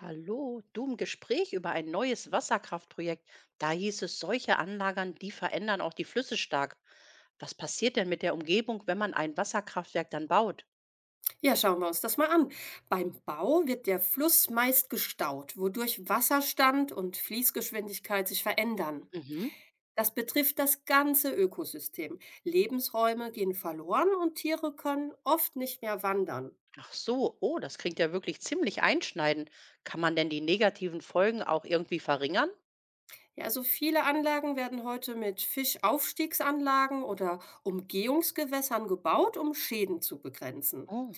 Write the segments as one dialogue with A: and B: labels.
A: Hallo, du im Gespräch über ein neues Wasserkraftprojekt. Da hieß es, solche Anlagern, die verändern auch die Flüsse stark. Was passiert denn mit der Umgebung, wenn man ein Wasserkraftwerk dann baut?
B: Ja, schauen wir uns das mal an. Beim Bau wird der Fluss meist gestaut, wodurch Wasserstand und Fließgeschwindigkeit sich verändern.
A: Mhm.
B: Das betrifft das ganze Ökosystem. Lebensräume gehen verloren und Tiere können oft nicht mehr wandern.
A: Ach so, oh, das klingt ja wirklich ziemlich einschneidend. Kann man denn die negativen Folgen auch irgendwie verringern?
B: Ja, also viele Anlagen werden heute mit Fischaufstiegsanlagen oder Umgehungsgewässern gebaut, um Schäden zu begrenzen.
A: Oh.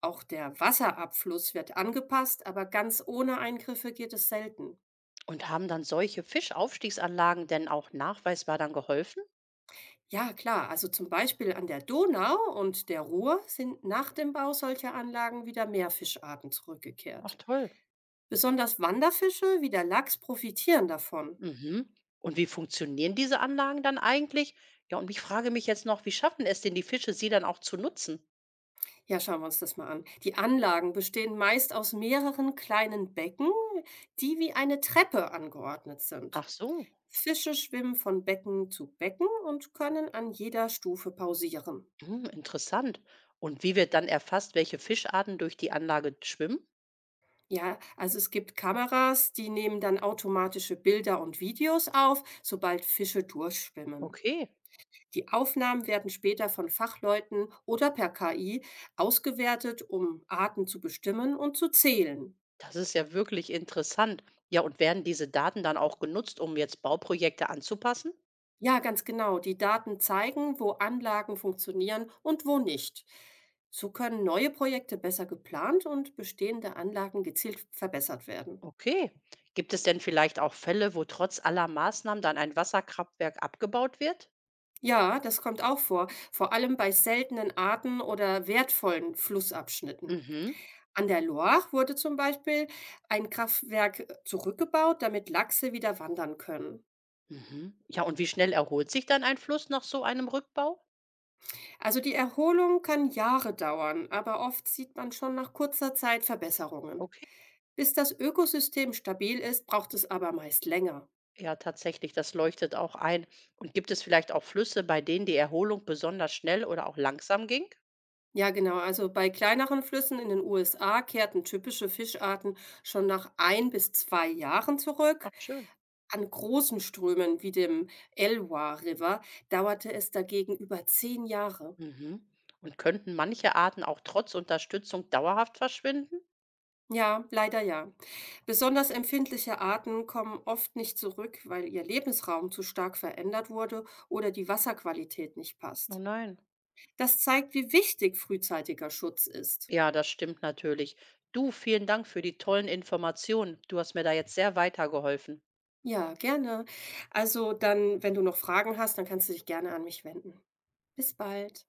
B: Auch der Wasserabfluss wird angepasst, aber ganz ohne Eingriffe geht es selten.
A: Und haben dann solche Fischaufstiegsanlagen denn auch nachweisbar dann geholfen?
B: Ja, klar. Also zum Beispiel an der Donau und der Ruhr sind nach dem Bau solcher Anlagen wieder mehr Fischarten
A: Ach
B: zurückgekehrt.
A: toll.
B: Besonders Wanderfische wie der Lachs profitieren davon.
A: Mhm. Und wie funktionieren diese Anlagen dann eigentlich? Ja, und ich frage mich jetzt noch, wie schaffen es denn die Fische, sie dann auch zu nutzen?
B: Ja, schauen wir uns das mal an. Die Anlagen bestehen meist aus mehreren kleinen Becken, die wie eine Treppe angeordnet sind.
A: Ach so,
B: Fische schwimmen von Becken zu Becken und können an jeder Stufe pausieren.
A: hm, interessant. Und wie wird dann erfasst, welche Fischarten durch die Anlage schwimmen?
B: Ja, also es gibt Kameras, die nehmen dann automatische Bilder und Videos auf, sobald Fische durchschwimmen.
A: Okay,
B: Die Aufnahmen werden später von Fachleuten oder per KI ausgewertet, um Arten zu bestimmen und zu zählen.
A: das ist ja wirklich interessant. Ja, und werden diese Daten dann auch genutzt, um jetzt Bauprojekte anzupassen?
B: Ja, ganz genau. Die Daten zeigen, wo Anlagen funktionieren und wo nicht. So können neue Projekte besser geplant und bestehende Anlagen gezielt verbessert werden.
A: Okay. Gibt es denn vielleicht auch Fälle, wo trotz aller Maßnahmen dann ein Wasserkraftwerk abgebaut wird?
B: Ja, das kommt auch vor, vor allem bei seltenen Arten oder wertvollen Flussabschnitten.
A: Mhm.
B: An der Loire wurde zum Beispiel ein Kraftwerk zurückgebaut, damit Lachse wieder wandern können.
A: Mhm. Ja, und wie schnell erholt sich dann ein Fluss nach so einem Rückbau?
B: Also die Erholung kann Jahre dauern, aber oft sieht man schon nach kurzer Zeit Verbesserungen.
A: Okay.
B: Bis das Ökosystem stabil ist, braucht es aber meist länger.
A: Ja, tatsächlich, das leuchtet auch ein. Und gibt es vielleicht auch Flüsse, bei denen die Erholung besonders schnell oder auch langsam ging?
B: Ja, genau. Also bei kleineren Flüssen in den USA kehrten typische Fischarten schon nach ein bis 2 Jahren zurück.
A: Ach, schön.
B: An großen Strömen wie dem Elwha River dauerte es dagegen über 10 Jahre.
A: Mhm. Und könnten manche Arten auch trotz Unterstützung dauerhaft verschwinden?
B: Ja, leider ja. Besonders empfindliche Arten kommen oft nicht zurück, weil ihr Lebensraum zu stark verändert wurde oder die Wasserqualität nicht
A: Oh
B: passt.
A: nein.
B: Das zeigt, wie wichtig frühzeitiger Schutz ist.
A: Ja, das stimmt natürlich. Du, vielen Dank für die tollen Informationen. Du hast mir da jetzt sehr weitergeholfen.
B: Ja, gerne. Also dann, wenn du noch Fragen hast, dann kannst du dich gerne an mich wenden. Bis bald.